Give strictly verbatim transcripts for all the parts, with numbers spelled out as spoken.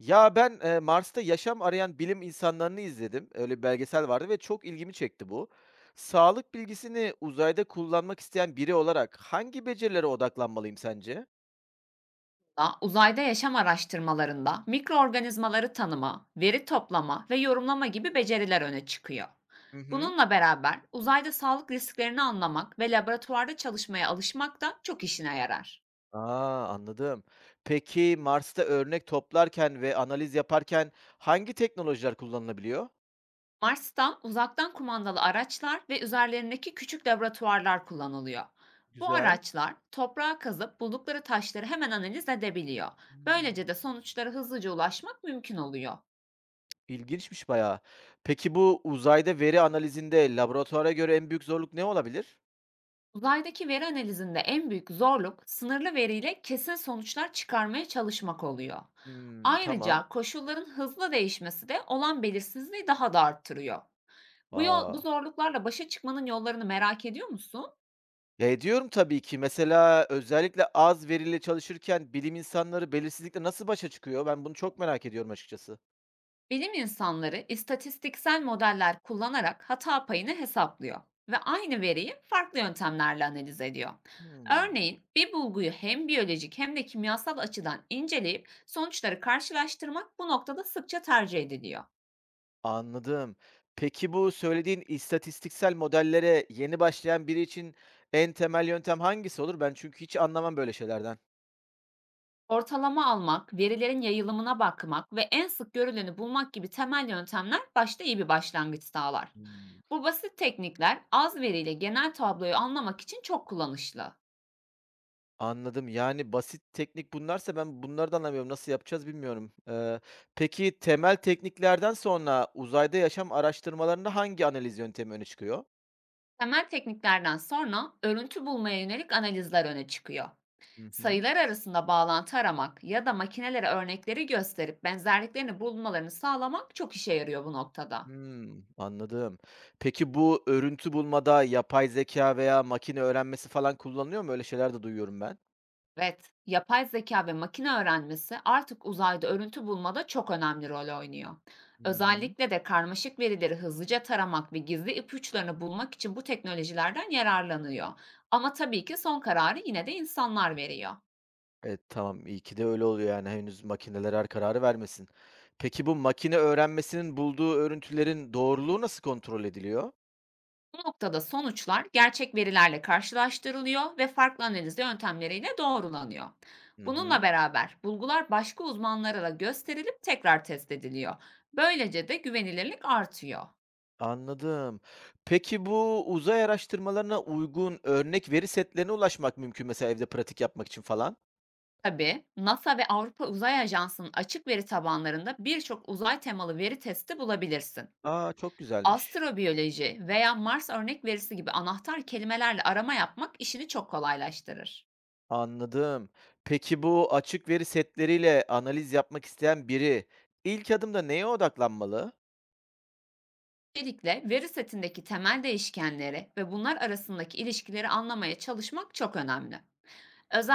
Ya, ben, eee, Mars'ta yaşam arayan bilim insanlarını izledim. Öyle bir belgesel vardı ve çok ilgimi çekti bu. Sağlık bilgisini uzayda kullanmak isteyen biri olarak hangi becerilere odaklanmalıyım sence? Da uzayda yaşam araştırmalarında mikroorganizmaları tanıma, veri toplama ve yorumlama gibi beceriler öne çıkıyor. Hı hı. Bununla beraber uzayda sağlık risklerini anlamak ve laboratuvarda çalışmaya alışmak da çok işine yarar. A, anladım. Peki Mars'ta örnek toplarken ve analiz yaparken hangi teknolojiler kullanılabiliyor? Mars'tan uzaktan kumandalı araçlar ve üzerlerindeki küçük laboratuvarlar kullanılıyor. Bu Güzel. araçlar toprağa kazıp buldukları taşları hemen analiz edebiliyor. Böylece Hımm. de sonuçlara hızlıca ulaşmak mümkün oluyor. İlginçmiş bayağı. Peki bu uzayda veri analizinde laboratuvara göre en büyük zorluk ne olabilir? Uzaydaki veri analizinde en büyük zorluk sınırlı veriyle kesin sonuçlar çıkarmaya çalışmak oluyor. Hımm, tamam. Ayrıca koşulların hızlı değişmesi de olan belirsizliği daha da arttırıyor. Bu, yol, bu A! zorluklarla başa çıkmanın yollarını merak ediyor musun? Ya, ediyorum tabii ki. Mesela özellikle az veriyle çalışırken bilim insanları belirsizlikle nasıl başa çıkıyor? Ben bunu çok merak ediyorum açıkçası. Bilim insanları istatistiksel modeller kullanarak hata payını hesaplıyor ve aynı veriyi farklı yöntemlerle analiz ediyor. Hımm. Örneğin bir bulguyu hem biyolojik hem de kimyasal açıdan inceleyip sonuçları karşılaştırmak bu noktada sıkça tercih ediliyor. Anladım. Peki bu söylediğin istatistiksel modellere yeni başlayan biri için en temel yöntem hangisi olur? Ben çünkü hiç anlamam böyle şeylerden. Ortalama almak, verilerin yayılımına bakmak ve en sık görüleni bulmak gibi temel yöntemler başta iyi bir başlangıç sağlar. Hımm. Bu basit teknikler az veriyle genel tabloyu anlamak için çok kullanışlı. Anladım. Yani, basit teknik bunlarsa ben bunları da anlamıyorum. Nasıl yapacağız bilmiyorum. Eee, peki temel tekniklerden sonra uzayda yaşam araştırmalarında hangi analiz yöntemi öne çıkıyor? Temel tekniklerden sonra örüntü bulmaya yönelik analizler öne çıkıyor. Hı hı. Sayılar arasında bağlantı aramak ya da makinelere örnekleri gösterip benzerliklerini bulmalarını sağlamak çok işe yarıyor bu noktada. Hımm, anladım. Peki bu örüntü bulmada yapay zeka veya makine öğrenmesi falan kullanılıyor mu? Öyle şeyler de duyuyorum ben. Evet, yapay zeka ve makine öğrenmesi artık uzayda örüntü bulmada çok önemli rol oynuyor. Hı hı. Özellikle de karmaşık verileri hızlıca taramak ve gizli ipuçlarını bulmak için bu teknolojilerden yararlanıyor. Ama tabii ki son kararı yine de insanlar veriyor. Evet, tamam. İyi ki de öyle oluyor yani henüz makineler her kararı vermesin. Peki bu makine öğrenmesinin bulduğu örüntülerin doğruluğu nasıl kontrol ediliyor? Bu noktada sonuçlar gerçek verilerle karşılaştırılıyor ve farklı analiz yöntemleriyle doğrulanıyor. Hı Bununla hı. beraber bulgular başka uzmanlara da gösterilip tekrar test ediliyor. Böylece de güvenilirlik artıyor. Anladım. Peki bu uzay araştırmalarına uygun örnek veri setlerine ulaşmak mümkün mesela evde pratik yapmak için falan. Tabii NASA ve Avrupa Uzay Ajansı'nın açık veri tabanlarında birçok uzay temalı veri testi bulabilirsin. Aa çok güzelmiş. Astrobiyoloji veya Mars örnek verisi gibi anahtar kelimelerle arama yapmak işini çok kolaylaştırır. Anladım. Peki bu açık veri setleriyle analiz yapmak isteyen biri ilk adımda neye odaklanmalı? Öncelikle veri setindeki temel değişkenleri ve bunlar arasındaki ilişkileri anlamaya çalışmak çok önemli.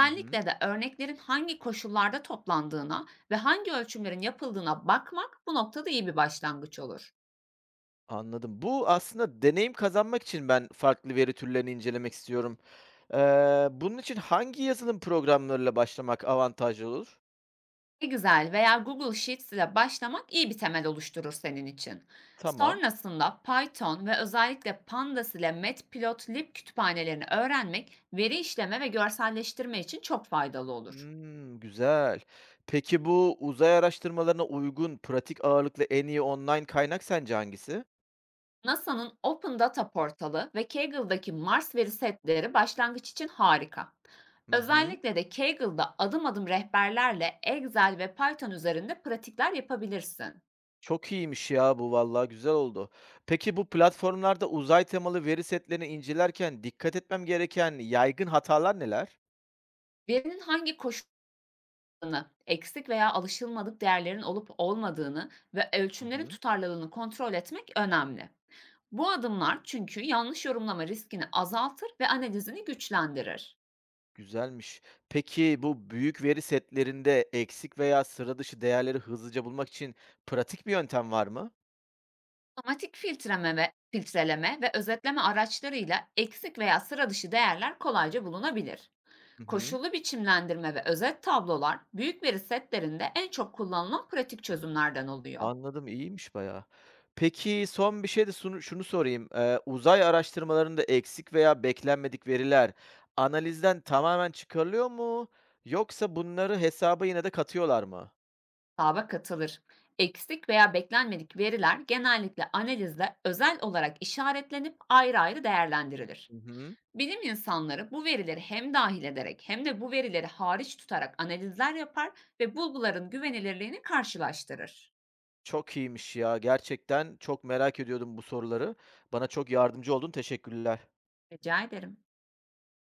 Hı hı. de örneklerin hangi koşullarda toplandığına ve hangi ölçümlerin yapıldığına bakmak bu noktada iyi bir başlangıç olur. Anladım. Bu aslında deneyim kazanmak için ben farklı veri türlerini incelemek istiyorum. Ee, bunun için hangi yazılım programlarıyla başlamak avantajlı olur? Excel veya Google Sheets ile başlamak iyi bir temel oluşturur senin için. Tamam. Sonrasında Python ve özellikle Pandas ile Matplotlib kütüphanelerini öğrenmek veri işleme ve görselleştirme için çok faydalı olur. Hmm, güzel. Peki bu uzay araştırmalarına uygun, pratik ağırlıklı en iyi online kaynak sence hangisi? N A S A'nın Open Data portalı ve Kagle'daki Mars veri setleri başlangıç için harika. Hı hı. Özellikle de Kaggle'da adım adım rehberlerle Excel ve Python üzerinde pratikler yapabilirsin. Çok iyiymiş ya, bu vallahi güzel oldu. Peki bu platformlarda uzay temalı veri setlerini incelerken dikkat etmem gereken yaygın hatalar neler? Verinin hangi koşullarını, eksik veya alışılmadık değerlerin olup olmadığını ve Hı ölçümlerin hı, tutarlılığını kontrol etmek önemli. Bu adımlar çünkü yanlış yorumlama riskini azaltır ve analizini güçlendirir. güzelmiş. Peki bu büyük veri setlerinde eksik veya sıra dışı değerleri hızlıca bulmak için pratik bir yöntem var mı? Otomatik filtreleme, filtreleme ve özetleme araçlarıyla eksik veya sıra dışı değerler kolayca bulunabilir. Hı hı. Koşullu biçimlendirme ve özet tablolar büyük veri setlerinde en çok kullanılan pratik çözümlerden oluyor. Anladım, iyiymiş bayağı. Peki, son bir şey de sunu şunu sorayım. Eee, uzay araştırmalarında eksik veya beklenmedik veriler analizden tamamen çıkarılıyor mu yoksa bunları hesaba yine de katıyorlar mı? Taba katılır. Eksik veya beklenmedik veriler genellikle analizde özel olarak işaretlenip ayrı ayrı değerlendirilir. Hı hı. Bilim insanları bu verileri hem dahil ederek hem de bu verileri hariç tutarak analizler yapar ve bulguların güvenilirliğini karşılaştırır. Çok iyiymiş ya. Gerçekten çok merak ediyordum bu soruları. Bana çok yardımcı oldun. Teşekkürler. Rica ederim.